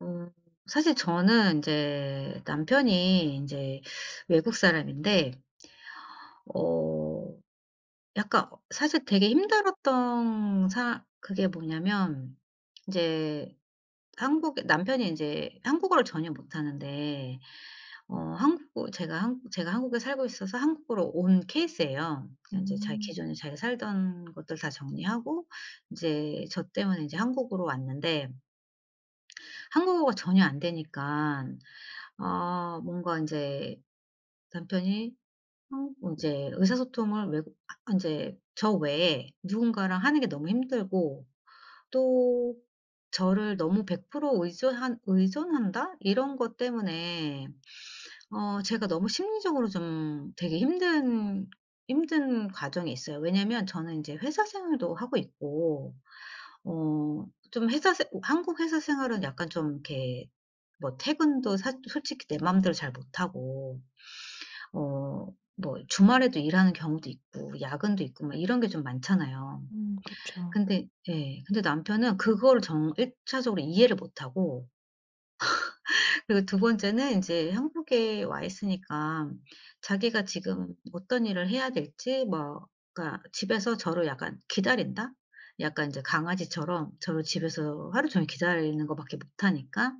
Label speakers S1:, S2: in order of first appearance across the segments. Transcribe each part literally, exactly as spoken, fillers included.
S1: 어 사실 저는 이제 남편이 인제 외국 사람인데, 어 약간, 어 사실 되게 힘들었던 사 그게 뭐냐면, 인제 한국에 남편이 인제 한국어를 전혀 못하는데, 어 한국 제가 한 제가 한국에 살고 있어서 한국으로 온 케이스예요. 그러니까 인제 자기
S2: 음.
S1: 기존에 자기가 살던 것들 다 정리하고, 인제 저 때문에 인제 한국으로 왔는데 한국어가 전혀 안 되니깐, 아 뭔가 이제 남편이 어제 의사소통을 외국 아제저 외에 누군가랑 하는 게 너무 힘들고, 또 저를 너무 백 퍼센트 의존한 의존한다 이런 것 때문에, 어 제가 너무 심리적으로 좀 되게 힘든 힘든 과정이 있어요. 왜냐면 저는 이제 회사 생활도 하고 있고, 어 좀 회사 생 한국 회사 생활은 약간 좀 이렇게 뭐 퇴근도 사 솔직히 내 맘대로 잘 못하고, 어 뭐 주말에도 일하는 경우도 있고 야근도 있고 막 이런 게 좀 많잖아요.
S2: 음그죠
S1: 근데 예. 근데 남편은 그거를 정 일 차적으로 이해를 못 하고 그리고 두 번째는 인제 한국에 와 있으니까 자기가 지금 어떤 일을 해야 될지, 뭐 그러니까 집에서 저를 약간 기다린다? 약간 인제 강아지처럼 저를 집에서 하루 종일 기다리는 것 밖에 못 하니까,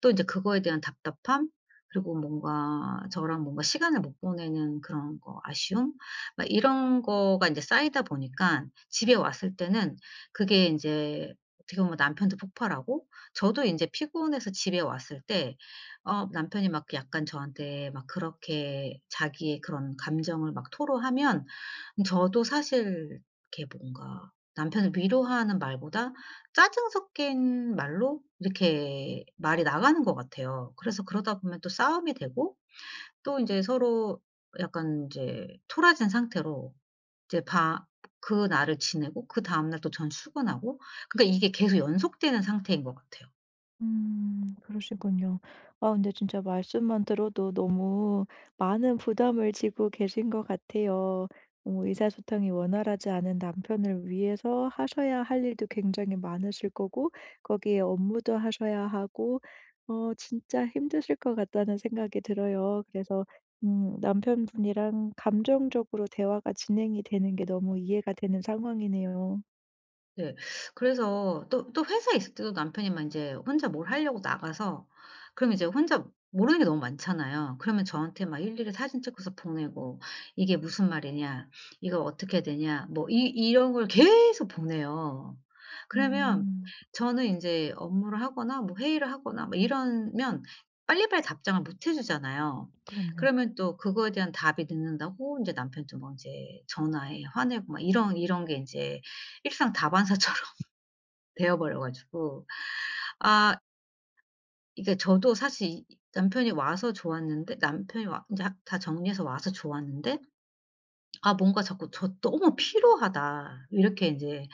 S1: 또 이제 그거에 대한 답답함, 그리고 뭔가 저랑 뭔가 시간을 못 보내는 그런 거 아쉬움, 막 이런 거가 인제 쌓이다 보니까 집에 왔을 때는, 그게 인제 어떻게 보면 남편도 폭발하고 저도 인제 피곤해서 집에 왔을 때, 어 남편이 막 약간 저한테 막 그렇게 자기의 그런 감정을 막 토로하면, 저도 사실 이렇게 뭔가 남편을 위로하는 말보다 짜증 섞인 말로 이렇게 말이 나가는 것 같아요. 그래서 그러다 보면 또 싸움이 되고, 또 인제 서로 약간 인제 토라진 상태로 이제 밤 그날을 지내고 그다음 날 또 전 출근하고, 그러니까 이게 계속 연속되는 상태인 것 같아요.
S2: 음 그러시군요. 아 근데 진짜 말씀만 들어도 너무 많은 부담을 지고 계신 것 같아요. 어 의사소통이 원활하지 않은 남편을 위해서 하셔야 할 일도 굉장히 많으실 거고 거기에 업무도 하셔야 하고 어 진짜 힘드실 것 같다는 생각이 들어요. 그래서 음 남편분이랑 감정적으로 대화가 진행이 되는 게 너무 이해가 되는 상황이네요.
S1: 네. 그래서 또 또 회사에 있을 때도 남편이 막 인제 혼자 뭘 하려고 나가서, 그럼 이제 혼자 모르는 게 너무 많잖아요. 그러면 저한테 막 일일이 사진 찍어서 보내고, "이게 무슨 말이냐. 이거 어떻게 되냐." 뭐 이 이런 걸 계속 보내요. 그러면
S2: 음
S1: 저는 인제 업무를 하거나 뭐 회의를 하거나 뭐 이러면 빨리빨리 답장을 못 해 주잖아요.
S2: 그럼요.
S1: 그러면 또 그거에 대한 답이 늦는다고 인제 남편도 막 인제 전화해 화내고 막 이런 이런 게 인제 일상다반사처럼 되어 버려 가지고 아, 이게 저도 사실 이 남편이 와서 좋았는데, 남편이 와제하 다 정리해서 와서 좋았는데, '아 뭔가 자꾸 저 너무 피로하다.' 이렇게 이제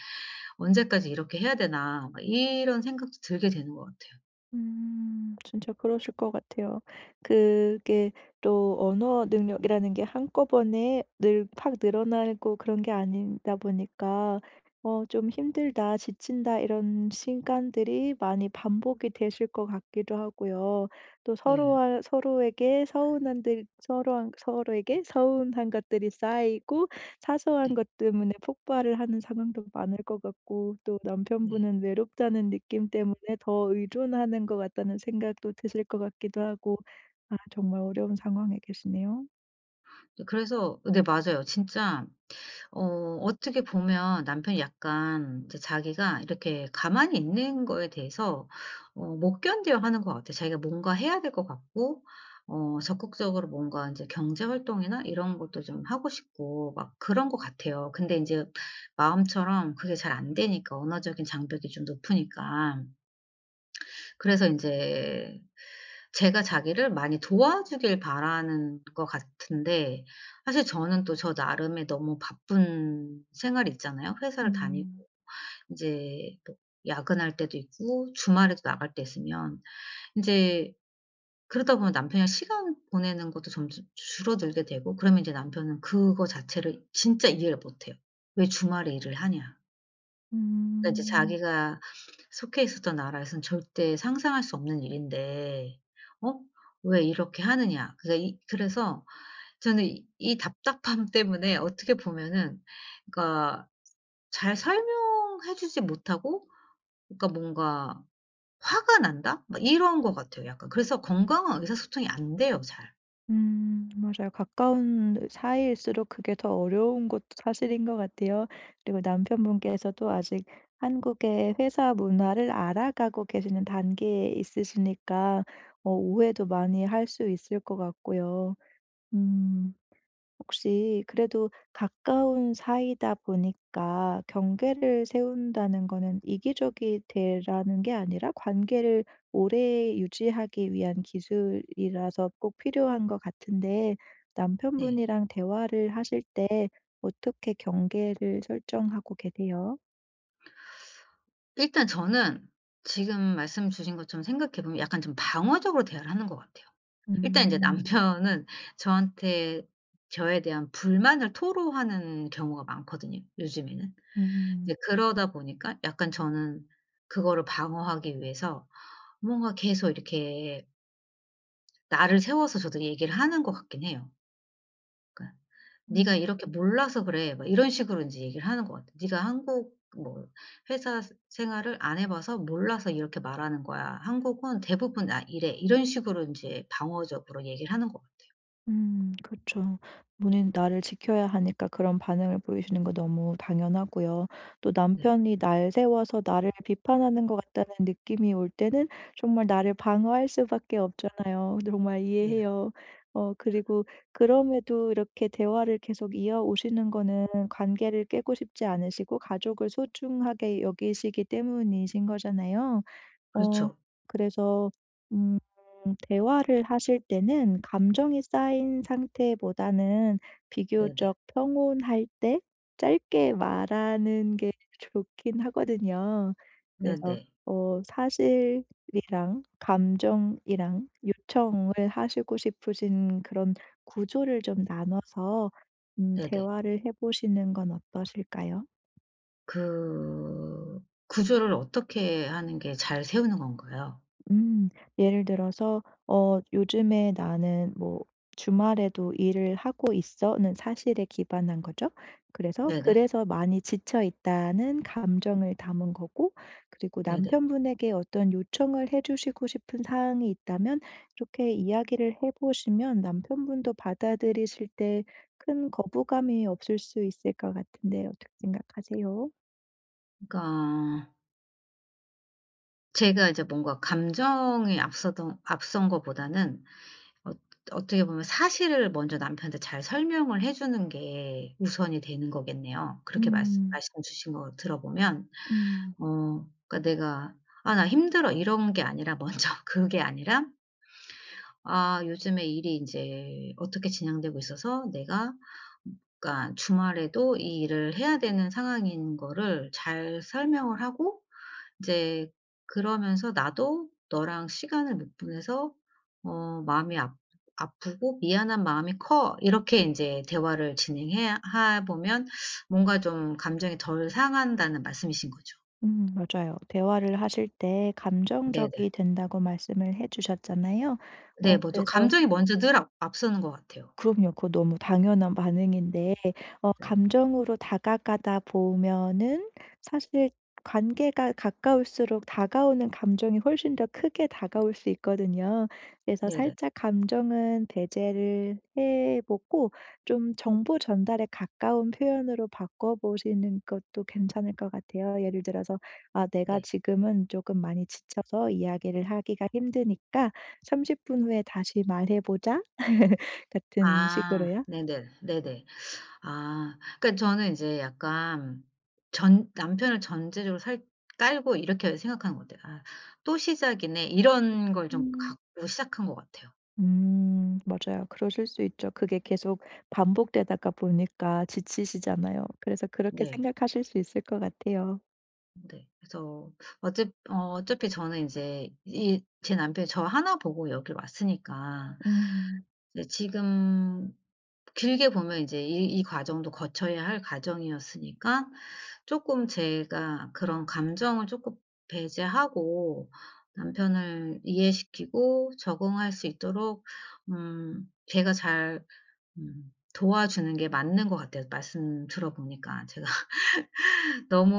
S1: '언제까지 이렇게 해야 되나.' 막 이런 생각도 들게 되는 것 같아요.
S2: 음. 진짜 그러실 것 같아요. 그게 또 언어 능력이라는 게 한꺼번에 늘 팍 늘어나고 그런 게 아니다 보니까 어 좀 '힘들다. 지친다.' 이런 시간들이 많이 반복이 되실 것 같기도 하고요. 또
S1: 네.
S2: 서로와 서로에게 서운한 들 서로 서로에게 서운한 것들이 쌓이고 사소한
S1: 네.
S2: 것 때문에 폭발을 하는 상황도 많을 것 같고 또
S1: 네.
S2: 남편분은 외롭다는 느낌 때문에 더 의존하는 것 같다는 생각도 드실 것 같기도 하고. 아 정말 어려운 상황에 계시네요.
S1: 그래서 네, 맞아요. 진짜 어 어떻게 보면 남편이 약간 이제 자기가 이렇게 가만히 있는 거에 대해서 어 못 견뎌 하는 것 같아요. 자기가 뭔가 해야 될 것 같고 어 적극적으로 뭔가 이제 경제 활동이나 이런 것도 좀 하고 싶고 막 그런 것 같아요. 근데 이제 마음처럼 그게 잘 안 되니까 언어적인 장벽이 좀 높으니까. 그래서 이제 제가 자기를 많이 도와주길 바라는 것 같은데, 사실 저는 또 저 나름의 너무 바쁜 생활이 있잖아요. 회사를 다니
S2: 음.
S1: 인제 뭐 야근할 때도 있고 주말에도 나갈 때 있으면, 인제 그러다 보면 남편이랑 시간 보내는 것도 점점 줄어들게 되고, 그러면 이제 남편은 그거 자체를 진짜 이해를 못 해요. '왜 주말에 일을 하냐.' 그러니까 이제
S2: 음.
S1: 자기가 속해 있었던 나라에서는 절대 상상할 수 없는 일인데, 어 왜 이렇게 하느냐. 그러니까 이 그래서 저는 이 이 답답함 때문에 어떻게 보면은, 그러니까 잘 설명해 주지 못하고 그러니까 뭔가 화가 난다? 막 이런 것 같아요 약간. 그래서 건강한 의사소통이 안 돼요 잘.
S2: 음 맞아요. 가까운 사이일수록 그게 더 어려운 것도 사실인 것 같아요. 그리고 남편분께서도 아직 한국의 회사 문화를 알아가고 계시는 단계에 있으시니까 어 오해도 많이 할 수 있을 것 같고요. 음. 혹시 그래도 가까운 사이다 보니까 경계를 세운다는 거는 이기적이 되라는 게 아니라 관계를 오래 유지하기 위한 기술이라서 꼭 필요한 것 같은데
S1: 네.
S2: 남편분이랑 대화를 하실 때 어떻게 경계를 설정하고 계세요?
S1: 일단 저는 지금 말씀 주신 것처럼 생각해 보면 약간 좀 방어적으로 대화를 하는 것 같아요. 일단 인제
S2: 음.
S1: 남편은 저한테 저에 대한 불만을 토로하는 경우가 많거든요, 요즘에는.
S2: 음.
S1: 이제 그러다 보니까 약간 저는 그거를 방어하기 위해서 뭔가 계속 이렇게 날을 세워서 저도 얘기를 하는 것 같긴 해요. 그러니까 "네가
S2: 음.
S1: 이렇게 몰라서 그래." 막 이런 식으로 인제 얘기를 하는 것 같아. "네가 한국 뭐 회사 스 생활을 안 해 봐서 몰라서 이렇게 말하는 거야. 한국은 대부분 다 이래." 이런 식으로 인제 방어적으로 얘기를 하는 것 같아요.
S2: 음그죠 본인 나를 지켜야 하니까 그런 반응을 보이시는 거 너무 당연하고요. 또
S1: 네.
S2: 남편이 날 세워서 나를 비판하는 것 같다는 느낌이 올 때는 정말 나를 방어할 수밖에 없잖아요. 정말
S1: 네.
S2: 이해해요. 어 그리고 그럼에도 이렇게 대화를 계속 이어오시는 거는 관계를 깨고 싶지 않으시고 가족을 소중하게 여기시기 때문이신 거잖아요. 어
S1: 그렇죠.
S2: 그래서 음 대화를 하실 때는 감정이 쌓인 상태보다는
S1: 네네.
S2: 비교적 평온할 때 짧게 말하는 게 좋긴 하거든요. 그래서
S1: 네네.
S2: 어 사실이랑 감정이랑 요청을 하시고 싶으신 그런 구조를 좀 나눠서 음
S1: 네네.
S2: 대화를 해 보시는 건 어떠실까요?
S1: 그 구조를 어떻게 하는 게 잘 세우는 건가요?
S2: 음. 예를 들어서 어 "요즘에 나는 뭐 주말에도 일을 하고 있어."는 사실에 기반한 거죠. 그래서
S1: 네네.
S2: 그래서 많이 지쳐 있다는 감정을 담은 거고 그리고
S1: 네네.
S2: 남편분에게 어떤 요청을 해 주시고 싶은 사항이 있다면 이렇게 이야기를 해 보시면 남편분도 받아들이실 때 큰 거부감이 없을 수 있을 것 같은데 어떻게 생각하세요?
S1: 그러니까 제가 이제 뭔가 감정에 앞서던 앞선 거보다는, 어 어떻게 보면 사실을 먼저 남편한테 잘 설명을 해 주는 게 우선이 되는 거겠네요. 그렇게 말씀
S2: 음.
S1: 말씀 주신 거 들어보면.
S2: 음.
S1: 어 그러니까 내가 '아 나 힘들어.' 이런 게 아니라 먼저 그게 아니라 '아 요즘에 일이 이제 어떻게 진행되고 있어서 내가, 그러니까 주말에도 이 일을 해야 되는 상황인 거를 잘 설명을 하고 이제 그러면서 나도 너랑 시간을 못 보내서 어 마음이 아 아프고 미안한 마음이 커. 이렇게 인제 대화를 진행해 하 보면 뭔가 좀 감정이 덜 상한다는 말씀이신 거죠.
S2: 음 맞아요. 대화를 하실 때
S1: 네네.
S2: 감정적이 된다고 말씀을 해 주셨잖아요. 어
S1: 네, 먼저
S2: 그래서
S1: 감정이 먼저 늘 앞 앞서는 것 같아요.
S2: 그럼요. 그거 너무 당연한 반응인데 어
S1: 네.
S2: 감정으로 다가가다 보면은 사실 관계가 가까울수록 다가오는 감정이 훨씬 더 크게 다가올 수 있거든요. 그래서
S1: 네네.
S2: 살짝 감정은 배제를 해 보고 좀 정보 전달에 가까운 표현으로 바꿔 보시는 것도 괜찮을 것 같아요. 예를 들어서 "아 내가
S1: 네.
S2: 지금은 조금 많이 지쳐서 이야기를 하기가 힘드니까 삼십 분 후에 다시 말해 보자." 같은
S1: 아,
S2: 식으로요?
S1: 네네. 네네. 아. 그러니까 저는 이제 약간 전 남편을 전제적으로 살 깔고 이렇게 생각하는 것 같아요. '아 또 시작이네.' 이런 걸 좀
S2: 음.
S1: 갖고 시작한 것 같아요.
S2: 음 맞아요. 그러실 수 있죠. 그게 계속 반복되다가 보니까 지치시잖아요. 그래서 그렇게
S1: 네.
S2: 생각하실 수 있을 것 같아요.
S1: 네. 그래서 어차 어 어차피 저는 인제 이 제 남편이 저 하나 보고 여길 왔으니까,
S2: 음.
S1: 이제 지금 길게 보면 이제 이 이 과정도 거쳐야 할 과정이었으니까, 조금 제가 그런 감정을 조금 배제하고 남편을 이해시키고 적응할 수 있도록 음 제가 잘 음 도와주는 게 맞는 것 같아요, 말씀 들어보니까. 제가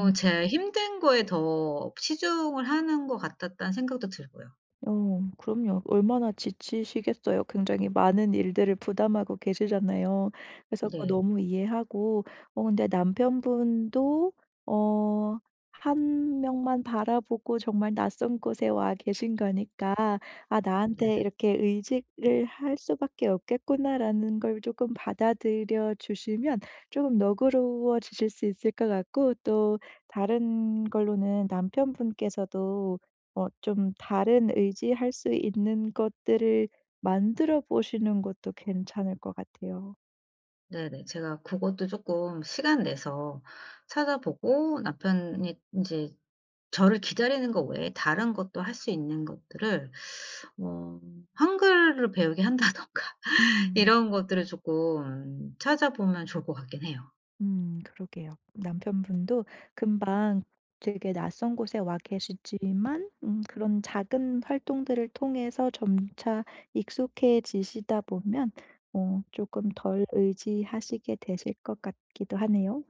S2: 음.
S1: 제 힘든 거에 더 치중을 하는 것 같았다는 생각도 들고요.
S2: 어 그럼요. 얼마나 지치시겠어요. 굉장히 많은 일들을 부담하고 계시잖아요. 그래서 그거
S1: 네.
S2: 너무 이해하고 어 근데 남편분도 어 한 명만 바라보고 정말 낯선 곳에 와 계신 거니까 '아
S1: 네네.
S2: 나한테 이렇게 의지를 할 수밖에 없겠구나.'라는 걸 조금 받아들여 주시면 조금 너그러워지실 수 있을 것 같고 또 다른 걸로는 남편분께서도 어 좀 다른 의지할 수 있는 것들을 만들어 보시는 것도 괜찮을 것 같아요.
S1: 네네. 제가 그것도 조금 시간 내서 찾아보고 남편이 인제 저를 기다리는 거 외에 다른 것도 할 수 있는 것들을, 어 한글을 배우게 한다든가
S2: 음.
S1: 이런 것들을 조금 찾아보면 좋을 것 같긴 해요.
S2: 음 그러게요. 남편분도 금방 되게 낯선 곳에 와 계시지만 음 그런 작은 활동들을 통해서 점차 익숙해지시다 보면 어 조금 덜 의지하시게 되실 것 같기도 하네요.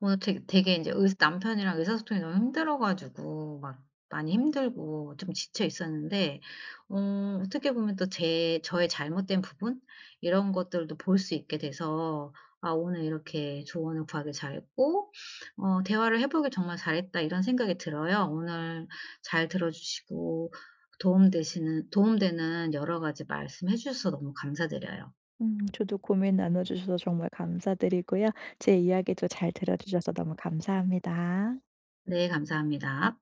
S1: 오늘 되게 되게 제 의사 남편이랑 의사소통이 너무 힘들어 가지고 막 많이 힘들고 좀 지쳐 있었는데, 어 어떻게 보면 또 제 저의 잘못된 부분 이런 것들도 볼 수 있게 돼서 '아 오늘 이렇게 조언을 구하길 잘했고 어 대화를 해 보길 정말 잘했다.' 이런 생각이 들어요. 오늘 잘 들어 주시고 도움 되시는 도움되는 여러 가지 말씀해 주셔서 너무 감사드려요.
S2: 음 저도 고민 나눠 주셔서 정말 감사드리고요. 제 이야기도 잘 들어 주셔서 너무 감사합니다.
S1: 네, 감사합니다.